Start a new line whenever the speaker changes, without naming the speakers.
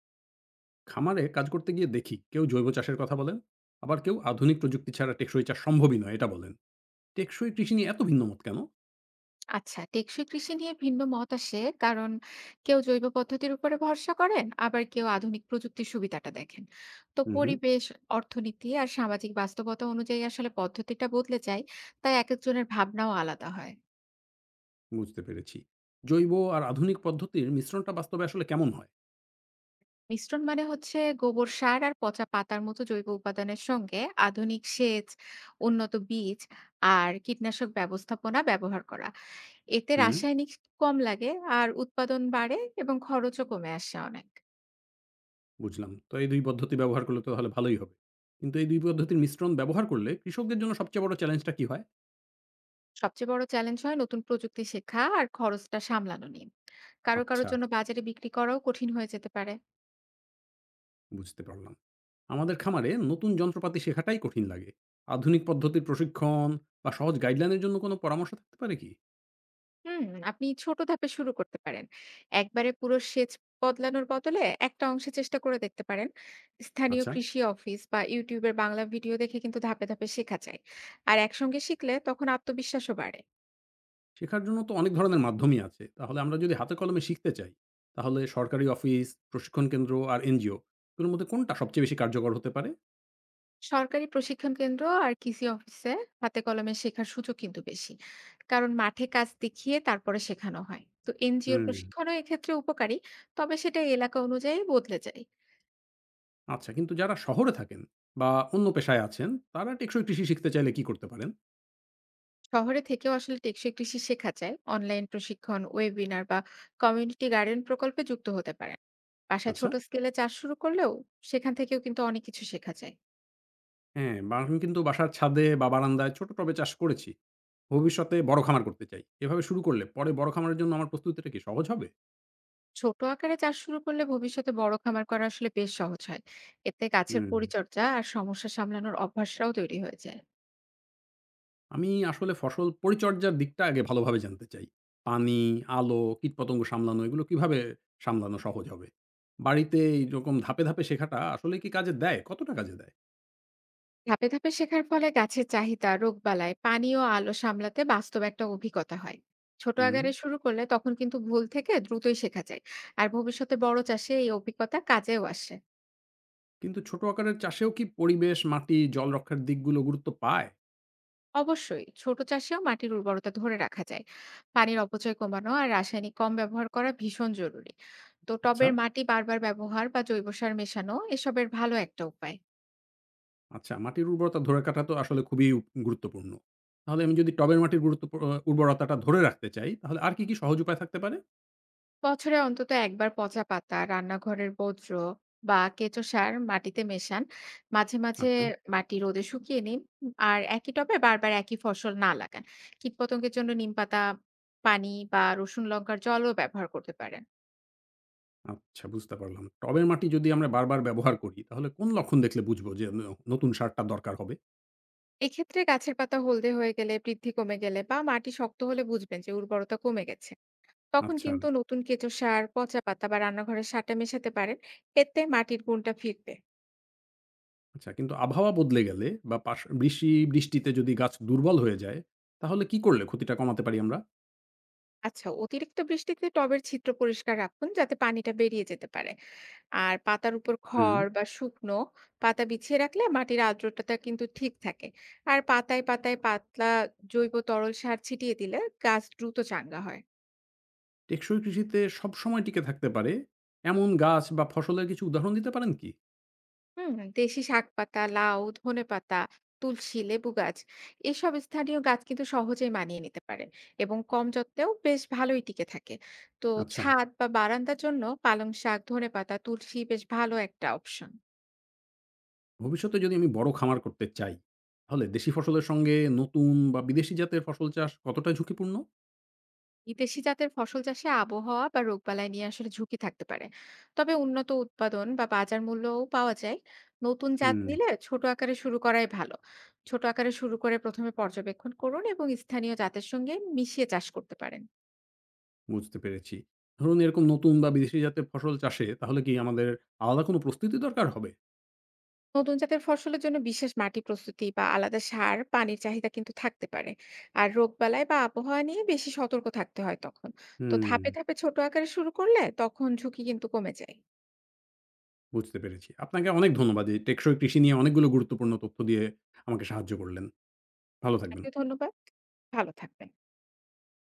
খামারে কাজ করতে গিয়ে দেখি কেউ জৈব চাষের কথা বলেন, আবার কেউ আধুনিক প্রযুক্তি ছাড়া টেকসই চাষ সম্ভবই নয় এটা বলেন। টেকসই কৃষি নিয়ে এত ভিন্ন মত কেন?
আচ্ছা, টেকসই কৃষি নিয়ে ভিন্ন মত আসে কারণ কেউ জৈব পদ্ধতির উপরে ভরসা করেন, আবার কেউ আধুনিক প্রযুক্তির সুবিধাটা দেখেন। তো
হুম, হুম।
পরিবেশ, অর্থনীতি আর সামাজিক বাস্তবতা অনুযায়ী আসলে পদ্ধতিটা বদলে যায়, তাই এক একজনের ভাবনাও আলাদা হয়।
বুঝতে পেরেছি। জৈব আর আধুনিক পদ্ধতির মিশ্রণটা বাস্তবে আসলে কেমন হয়?
মিশ্রণ মানে হচ্ছে গোবর সার আর পচা পাতার মতো জৈব উপাদানের সঙ্গে আধুনিক সেচ, উন্নত বীজ আর কীটনাশক ব্যবস্থাপনা ব্যবহার করা। এতে
হুম।
রাসায়নিক কম লাগে, আর উৎপাদন বাড়ে এবং খরচও কমে আসে অনেক।
বুঝলাম, তো এই দুই পদ্ধতি ব্যবহার করলে তো তাহলে ভালোই হবে। কিন্তু এই দুই পদ্ধতির মিশ্রণ ব্যবহার করলে কৃষকদের জন্য সবচেয়ে বড় চ্যালেঞ্জটা কি হয়?
সবচেয়ে বড় চ্যালেঞ্জ হয় নতুন প্রযুক্তি শেখা আর খরচটা সামলানো নিয়ে। কারো কারোর
আচ্ছা,
জন্য বাজারে বিক্রি করাও কঠিন হয়ে যেতে পারে।
বুঝতে পারলাম। আমাদের খামারে নতুন যন্ত্রপাতি শেখাটাই কঠিন লাগে। আধুনিক পদ্ধতির প্রশিক্ষণ বা সহজ গাইডলাইনের জন্য কোনো পরামর্শ থাকতে পারে কি?
হুম। আপনি ছোট ধাপে শুরু করতে পারেন। একবারে পুরো সেচ বদলানোর বদলে একটা অংশে চেষ্টা করে দেখতে পারেন। স্থানীয়
আচ্ছা,
কৃষি অফিস বা ইউটিউবের বাংলা ভিডিও দেখে কিন্তু ধাপে ধাপে শেখা যায়। আর একসঙ্গে শিখলে তখন আত্মবিশ্বাসও বাড়ে।
শেখার জন্য তো অনেক ধরনের মাধ্যমই আছে। তাহলে আমরা যদি হাতে কলমে শিখতে চাই, তাহলে সরকারি অফিস, প্রশিক্ষণ কেন্দ্র আর এনজিও, এগুলোর মধ্যে কোনটা সবচেয়ে বেশি কার্যকর হতে পারে?
সরকারি প্রশিক্ষণ কেন্দ্র আর কৃষি অফিসে হাতে কলমে শেখার সুযোগ কিন্তু বেশি, কারণ মাঠে কাজ দেখিয়ে তারপরে শেখানো হয়। তো এনজিওর
হুম।
প্রশিক্ষণও এক্ষেত্রে উপকারী, তবে সেটা এলাকা অনুযায়ী বদলে যায়।
আচ্ছা, কিন্তু যারা শহরে থাকেন বা অন্য পেশায় আছেন, তারা টেকসই কৃষি শিখতে চাইলে কি করতে পারেন?
শহরে থেকেও আসলে টেকসই কৃষি শেখা যায়। অনলাইন প্রশিক্ষণ, ওয়েবিনার বা কমিউনিটি গার্ডেন প্রকল্পে যুক্ত হতে পারেন। বাসায়
আচ্ছা,
ছোট স্কেলে চাষ শুরু করলেও সেখান থেকেও কিন্তু অনেক কিছু শেখা যায়।
হ্যাঁ, বা আমি কিন্তু বাসার ছাদে বা বারান্দায় ছোট টবে চাষ করেছি। ভবিষ্যতে বড় খামার করতে চাই। এভাবে শুরু করলে পরে বড় খামারের জন্য আমার প্রস্তুতিটা কি সহজ হবে?
ছোট আকারে চাষ শুরু করলে ভবিষ্যতে বড় খামার করা আসলে বেশ সহজ হয়। এতে গাছের
হুম।
পরিচর্যা আর সমস্যা সামলানোর অভ্যাসটাও তৈরি হয়ে যায়।
আমি আসলে ফসল পরিচর্যার দিকটা আগে ভালোভাবে জানতে চাই। পানি, আলো, কীটপতঙ্গ সামলানো এগুলো কিভাবে সামলানো সহজ হবে? বাড়িতে এইরকম ধাপে, ধাপে শেখাটা আসলে কি কাজে দেয়? কতটা কাজে দেয়?
ধাপে ধাপে শেখার ফলে গাছের চাহিদা, রোগবালাই, পানি ও আলো সামলাতে বাস্তব একটা অভিজ্ঞতা হয়। ছোট
হুম,
আকারে শুরু করলে তখন কিন্তু ভুল থেকে দ্রুতই শেখা যায়। আর ভবিষ্যতে বড় চাষে এই অভিজ্ঞতা কাজেও আসে।
কিন্তু ছোট আকারের চাষেও কি পরিবেশ, মাটি, জল রক্ষার দিকগুলো গুরুত্ব পায়?
অবশ্যই ছোট চাষেও মাটির উর্বরতা ধরে রাখা যায়। পানির অপচয় কমানো আর রাসায়নিক কম ব্যবহার করা ভীষণ জরুরি। তো
আচ্ছা,
টবের মাটি বারবার ব্যবহার বা জৈব সার মেশানো এসবের ভালো একটা উপায়।
আচ্ছা, মাটির উর্বরতা ধরে রাখাটা তো আসলে খুবই গুরুত্বপূর্ণ। তাহলে আমি যদি টবের মাটির গুরুত্ব প উর্বরতাটা ধরে রাখতে চাই, তাহলে আর কি, কি সহজ উপায় থাকতে পারে?
বছরে অন্তত একবার পচা পাতা, রান্নাঘরের বর্জ্য বা কেঁচো সার মাটিতে মেশান। মাঝে মাঝে
আচ্ছা।
মাটি রোদে শুকিয়ে নিন। আর একই টবে বারবার একই ফসল না লাগান। কীটপতঙ্গের জন্য নিম পাতা, পানি বা রসুন লঙ্কার জলও ব্যবহার করতে পারেন।
আচ্ছা, বুঝতে পারলাম। টবের মাটি যদি আমরা বারবার ব্যবহার করি তাহলে কোন লক্ষণ দেখলে বুঝবো যে নতুন সারটা দরকার হবে?
এক্ষেত্রে গাছের পাতা হলদে হয়ে গেলে, বৃদ্ধি কমে গেলে বা মাটি শক্ত হলে বুঝবেন যে উর্বরতা কমে গেছে। তখন
আচ্ছা,
কিন্তু নতুন কেঁচো সার, পচা পাতা বা রান্নাঘরের সারটা মেশাতে পারেন। এতে মাটির গুণটা ফিরবে।
আচ্ছা, কিন্তু আবহাওয়া বদলে গেলে বা পাশ বৃষ্টি বৃষ্টিতে যদি গাছ দুর্বল হয়ে যায় তাহলে কি করলে ক্ষতিটা কমাতে পারি আমরা?
আচ্ছা, অতিরিক্ত বৃষ্টিতে টবের ছিদ্র পরিষ্কার রাখুন যাতে পানিটা বেরিয়ে যেতে পারে। আর পাতার উপর
হুম।
খড় বা শুকনো পাতা বিছিয়ে রাখলে মাটির আর্দ্রতাটা কিন্তু ঠিক থাকে। আর পাতায় পাতায় পাতলা জৈব তরল সার ছিটিয়ে দিলে গাছ দ্রুত চাঙ্গা হয়।
টেকসই কৃষিতে সবসময় টিকে থাকতে পারে এমন গাছ বা ফসলের কিছু উদাহরণ দিতে পারেন কি?
হুম, দেশি শাক পাতা, লাউ, ধনেপাতা, তুলসী, লেবু গাছ, এসব স্থানীয় গাছ কিন্তু সহজেই মানিয়ে নিতে পারে এবং কম যত্নেও বেশ ভালোই টিকে থাকে। তো
আচ্ছা,
ছাদ বা বারান্দার জন্য পালং শাক, ধনেপাতা, তুলসী বেশ ভালো একটা অপশন।
ভবিষ্যতে যদি আমি বড় খামার করতে চাই তাহলে দেশি ফসলের সঙ্গে নতুন বা বিদেশি জাতের ফসল চাষ কতটা ঝুঁকিপূর্ণ?
বিদেশি জাতের ফসল চাষে আবহাওয়া বা রোগবালাই নিয়ে আসলে ঝুঁকি থাকতে পারে, তবে উন্নত উৎপাদন বা বাজার মূল্যও পাওয়া যায়। নতুন জাত
হুম।
নিলে ছোট আকারে শুরু করাই ভালো। ছোট আকারে শুরু করে প্রথমে পর্যবেক্ষণ করুন এবং স্থানীয় জাতের সঙ্গে মিশিয়ে চাষ করতে পারেন।
বুঝতে পেরেছি। ধরুন, এরকম নতুন বা বিদেশি জাতের ফসল চাষে তাহলে কি আমাদের আলাদা কোনো প্রস্তুতি দরকার হবে?
নতুন জাতের ফসলের জন্য বিশেষ মাটি প্রস্তুতি বা আলাদা সার, পানির চাহিদা কিন্তু থাকতে পারে। আর রোগবালাই বা আবহাওয়া নিয়ে বেশি সতর্ক থাকতে হয় তখন। তো
হুম,
ধাপে ধাপে ছোট আকারে শুরু করলে তখন ঝুঁকি কিন্তু কমে যায়।
বুঝতে পেরেছি। আপনাকে অনেক ধন্যবাদ। এই টেকসই কৃষি নিয়ে অনেকগুলো গুরুত্বপূর্ণ তথ্য দিয়ে আমাকে সাহায্য করলেন। ভালো থাকবেন।
আপনাকে ধন্যবাদ। ভালো থাকবেন।